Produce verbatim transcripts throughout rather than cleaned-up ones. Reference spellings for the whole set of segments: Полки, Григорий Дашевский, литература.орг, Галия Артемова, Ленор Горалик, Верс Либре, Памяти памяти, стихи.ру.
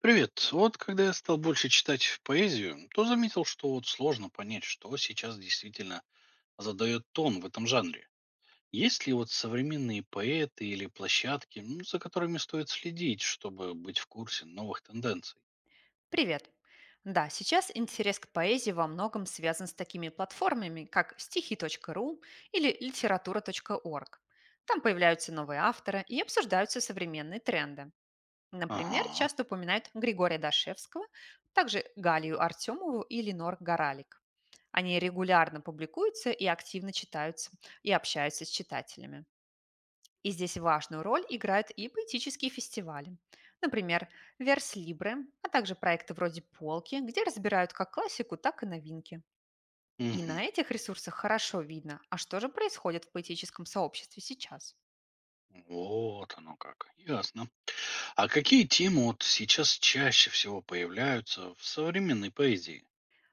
Привет. Вот когда я стал больше читать поэзию, то заметил, что вот сложно понять, что сейчас действительно задает тон в этом жанре. Есть ли вот современные поэты или площадки, м, за которыми стоит следить, чтобы быть в курсе новых тенденций? Привет! Да, сейчас интерес к поэзии во многом связан с такими платформами, как стихи точка ру или литература точка орг. Там появляются новые авторы и обсуждаются современные тренды. Например, Ага. часто упоминают Григория Дашевского, также Галию Артемову и Ленор Горалик. Они регулярно публикуются и активно читаются, и общаются с читателями. И здесь важную роль играют и поэтические фестивали. Например, Верс Либре, а также проекты вроде «Полки», где разбирают как классику, так и новинки. И Мгм. на этих ресурсах хорошо видно, а что же происходит в поэтическом сообществе сейчас. Вот оно как. Ясно. А какие темы вот сейчас чаще всего появляются в современной поэзии?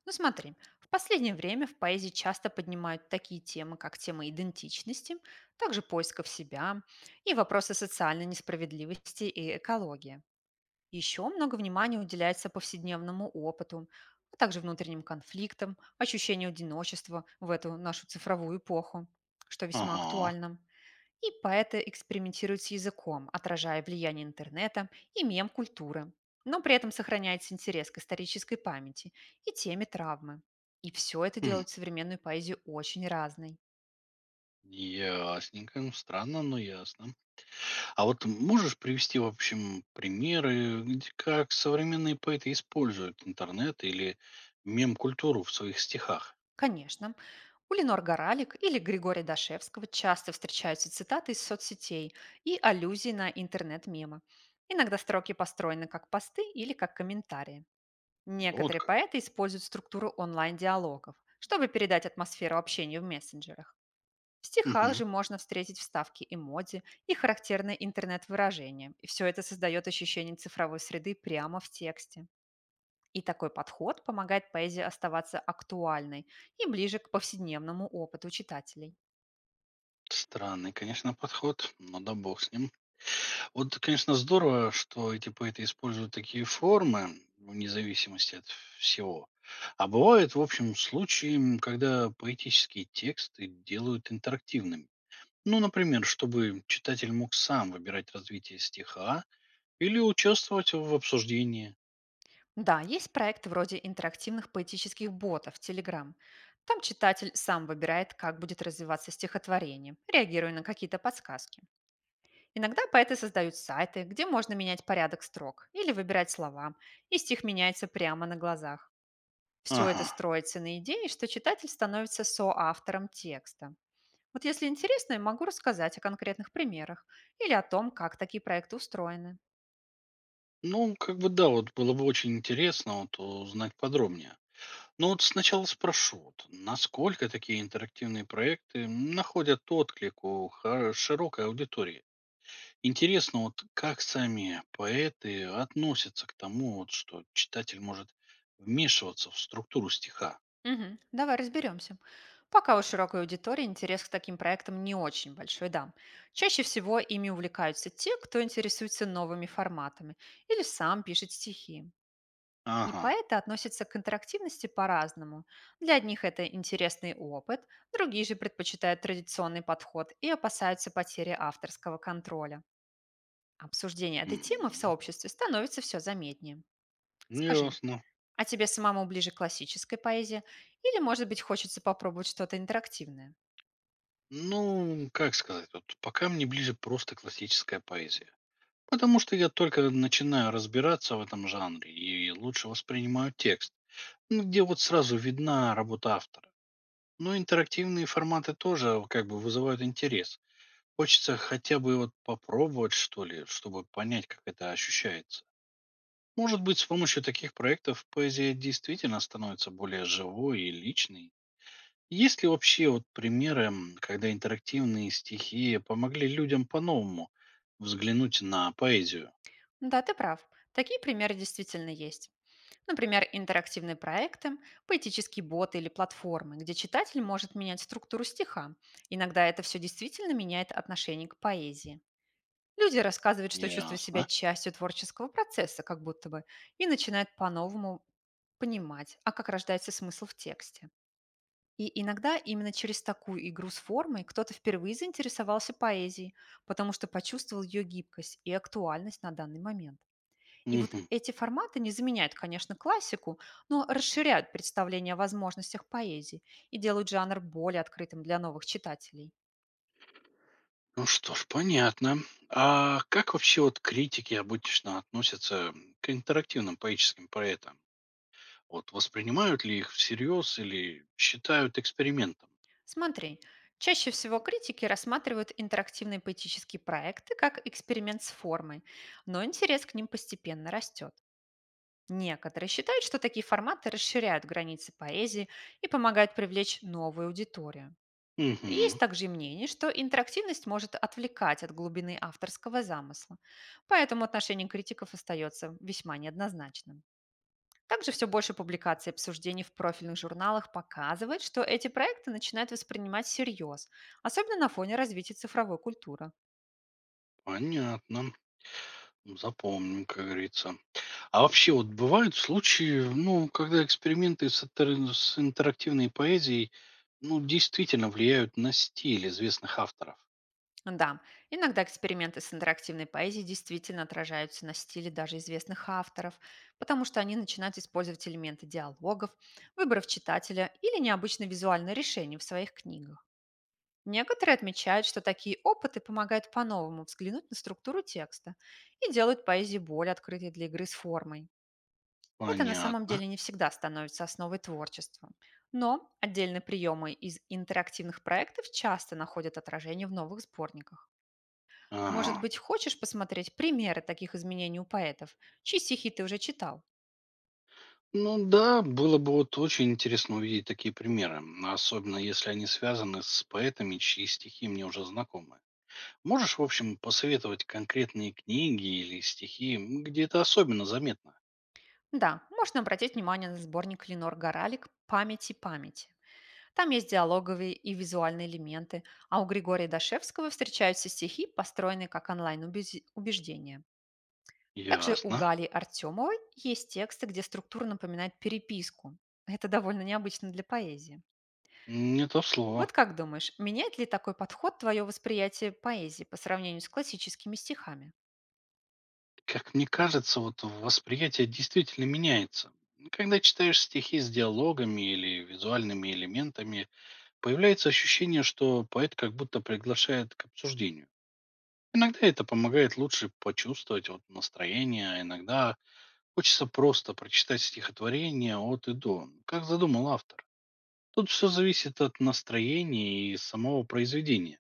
Ну смотри, в последнее время в поэзии часто поднимают такие темы, как тема идентичности, также поисков себя и вопросы социальной несправедливости и экологии. Еще много внимания уделяется повседневному опыту, а также внутренним конфликтам, ощущению одиночества в эту нашу цифровую эпоху, что весьма Ага. актуально. И поэты экспериментируют с языком, отражая влияние интернета и мем-культуры, но при этом сохраняется интерес к исторической памяти и теме травмы. И все это Хм. делает современную поэзию очень разной. Ясненько. Странно, но ясно. А вот можешь привести, в общем, примеры, где- как современные поэты используют интернет или мем-культуру в своих стихах? Конечно, у Ленор Горалик или Григория Дашевского часто встречаются цитаты из соцсетей и аллюзии на интернет-мемы. Иногда строки построены как посты или как комментарии. Вот Некоторые как. поэты используют структуру онлайн-диалогов, чтобы передать атмосферу общения в мессенджерах. В стихах Мгм. же можно встретить вставки эмодзи и характерные интернет-выражения. И все это создает ощущение цифровой среды прямо в тексте. И такой подход помогает поэзии оставаться актуальной и ближе к повседневному опыту читателей. Странный, конечно, подход, но да бог с ним. Вот, конечно, здорово, что эти поэты используют такие формы, вне зависимости от всего. А бывают, в общем, случаи, м, когда поэтические тексты делают интерактивными. Ну, например, чтобы читатель мог сам выбирать развитие стиха, или участвовать в обсуждении. Да, есть проекты вроде интерактивных поэтических ботов в телеграм. Там читатель сам выбирает, как будет развиваться стихотворение, реагируя на какие-то подсказки. Иногда поэты создают сайты, где можно менять порядок строк или выбирать слова, и стих меняется прямо на глазах. Все это Ага. строится на идее, что читатель становится соавтором текста. Вот если интересно, я могу рассказать о конкретных примерах или о том, как такие проекты устроены. Ну, как бы да, вот было бы очень интересно вот узнать подробнее. Но вот сначала спрошу, вот, насколько такие интерактивные проекты находят отклик у ха- широкой аудитории. Интересно, вот как сами поэты относятся к тому, вот, что читатель может вмешиваться в структуру стиха. Мгм, давай разберемся. Пока у широкой аудитории интерес к таким проектам не очень большой, да. Чаще всего ими увлекаются те, кто интересуется новыми форматами или сам пишет стихи. И Ага. поэты относятся к интерактивности по-разному. Для одних это интересный опыт, другие же предпочитают традиционный подход и опасаются потери авторского контроля. Обсуждение этой темы в Мгм. сообществе становится все заметнее. Скажи, Ясно. а тебе самому ближе классическая поэзия? Или, может быть, хочется попробовать что-то интерактивное? Ну, как сказать, вот пока мне ближе просто классическая поэзия. Потому что я только начинаю разбираться в этом жанре и лучше воспринимаю текст, ну, где вот сразу видна работа автора. Но интерактивные форматы тоже как бы вызывают интерес. Хочется хотя бы вот попробовать, что ли, чтобы понять, как это ощущается. Может быть, с помощью таких проектов поэзия действительно становится более живой и личной. Есть ли вообще вот примеры, м, когда интерактивные стихи помогли людям по-новому взглянуть на поэзию? Да, ты прав. Такие примеры действительно есть. Например, интерактивные проекты, поэтические боты или платформы, где читатель может менять структуру стиха. Иногда это все действительно меняет отношение к поэзии. Люди рассказывают, что чувствуют себя Ясно. частью творческого процесса, как будто бы, и начинают по-новому понимать, а как рождается смысл в тексте. И иногда именно через такую игру с формой кто-то впервые заинтересовался поэзией, потому что почувствовал ее гибкость и актуальность на данный момент. И вот Мгм. эти форматы не заменяют, конечно, классику, но расширяют представление о возможностях поэзии и делают жанр более открытым для новых читателей. Ну что ж, понятно. А как вообще вот критики обычно относятся, м, к интерактивным поэтическим поэтам? Вот воспринимают ли их всерьез или считают экспериментом? Смотри, чаще всего критики рассматривают интерактивные поэтические проекты как эксперимент с формой, но интерес к ним постепенно растет. Некоторые считают, что такие форматы расширяют границы поэзии и помогают привлечь новую аудиторию. Есть Угу, также и мнение, что интерактивность может отвлекать от глубины авторского замысла, поэтому отношение критиков остается весьма неоднозначным. Также все больше публикаций и обсуждений в профильных журналах показывает, что эти проекты начинают воспринимать всерьез, особенно на фоне развития цифровой культуры. понятно. Запомним, как говорится. А вообще вот бывают случаи, ну, когда эксперименты с, атер- с интерактивной поэзией, ну, действительно влияют на стиль известных авторов. Да, иногда эксперименты с интерактивной поэзией действительно отражаются на стиле даже известных авторов, потому что они начинают использовать элементы диалогов, выборов читателя или необычные визуальные решения в своих книгах. Некоторые отмечают, что такие опыты помогают по-новому взглянуть на структуру текста и делают поэзию более открытой для игры с формой. Это на самом Понятно. деле не всегда становится основой творчества. Но отдельные приемы из интерактивных проектов часто находят отражение в новых сборниках. Может Ага. быть, хочешь посмотреть примеры таких изменений у поэтов, чьи стихи ты уже читал? Ну да, было бы вот очень интересно увидеть такие примеры, м, особенно если они связаны с поэтами, чьи стихи мне уже знакомы. Можешь, в общем, посоветовать конкретные книги или стихи, м, где это особенно заметно? Да, можно обратить внимание на сборник Ленор Горалик «Памяти памяти». Там есть диалоговые и визуальные элементы, а у Григория Дашевского встречаются стихи, построенные как онлайн-убеждения. Также у Ясно. Гали Артемовой есть тексты, где структура напоминает переписку. Это довольно необычно для поэзии. Не то слово. Вот как думаешь, меняет ли такой подход твое восприятие поэзии по сравнению с классическими стихами? Как мне кажется, вот восприятие действительно меняется. Когда читаешь стихи с диалогами или визуальными элементами, появляется ощущение, что поэт как будто приглашает к обсуждению. Иногда это помогает лучше почувствовать вот настроение, а иногда хочется просто прочитать стихотворение от и до, как задумал автор. Тут все зависит от настроения и самого произведения.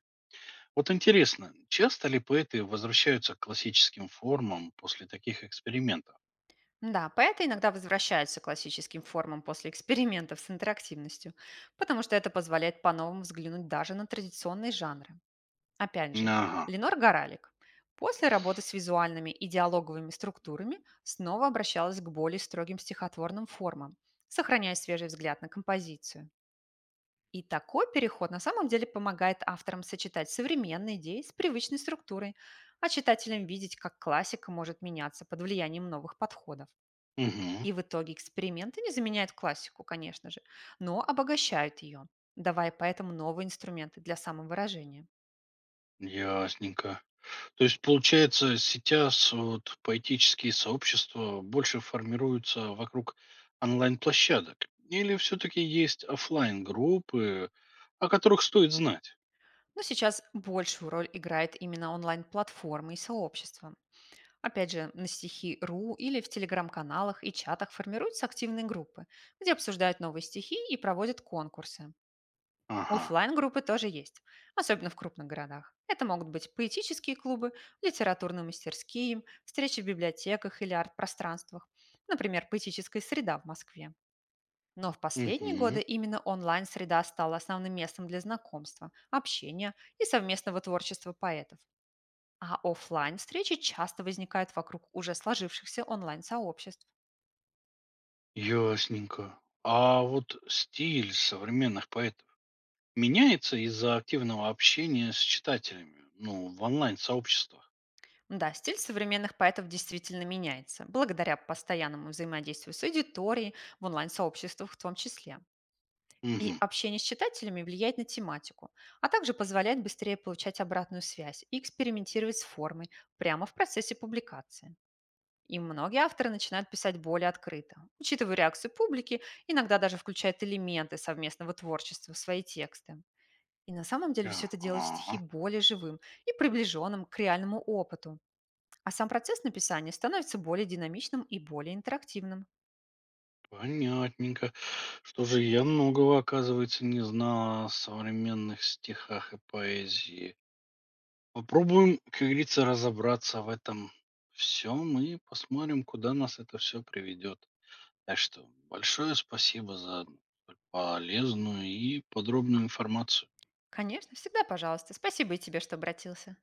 Вот интересно, часто ли поэты возвращаются к классическим формам после таких экспериментов? Да, поэты иногда возвращаются к классическим формам после экспериментов с интерактивностью, потому что это позволяет по-новому взглянуть даже на традиционные жанры. Опять же, Ага, Ленор Горалик после работы с визуальными и диалоговыми структурами снова обращалась к более строгим стихотворным формам, сохраняя свежий взгляд на композицию. И такой переход на самом деле помогает авторам сочетать современные идеи с привычной структурой, а читателям видеть, как классика может меняться под влиянием новых подходов. угу, И в итоге эксперименты не заменяют классику, конечно же, но обогащают ее, давая поэтому новые инструменты для самовыражения. ясненько. То есть, получается, сейчас вот поэтические сообщества больше формируются вокруг онлайн-площадок? Или все-таки есть оффлайн группы, о которых стоит знать? Но сейчас большую роль играет именно онлайн-платформы и сообщества. Опять же, на стихи точка ру или в телеграм-каналах и чатах формируются активные группы, где обсуждают новые стихи и проводят конкурсы. Ага, Оффлайн-группы тоже есть, особенно в крупных городах. Это могут быть поэтические клубы, литературные мастерские, встречи в библиотеках или арт-пространствах, например, поэтическая среда в Москве. Но в последние мгм, годы именно онлайн-среда стала основным местом для знакомства, общения и совместного творчества поэтов. А оффлайн встречи часто возникают вокруг уже сложившихся онлайн-сообществ. ясненько. А вот стиль современных поэтов меняется из-за активного общения с читателями, ну, в онлайн-сообществах? Да, стиль современных поэтов действительно меняется, благодаря постоянному взаимодействию с аудиторией, в онлайн-сообществах в том числе. И Мгм, общение с читателями влияет на тематику, а также позволяет быстрее получать обратную связь и экспериментировать с формой прямо в процессе публикации. И многие авторы начинают писать более открыто, учитывая реакцию публики, иногда даже включают элементы совместного творчества в свои тексты. И на самом деле все это делает стихи ага. более живым и приближенным к реальному опыту, а сам процесс написания становится более динамичным и более интерактивным. Понятненько. Что же, я многого, оказывается, не знала о современных стихах и поэзии. Попробуем, как говорится, разобраться в этом всем и посмотрим, куда нас это все приведет. Так что большое спасибо за столь полезную и подробную информацию. Конечно, всегда пожалуйста. Спасибо и тебе, что обратился.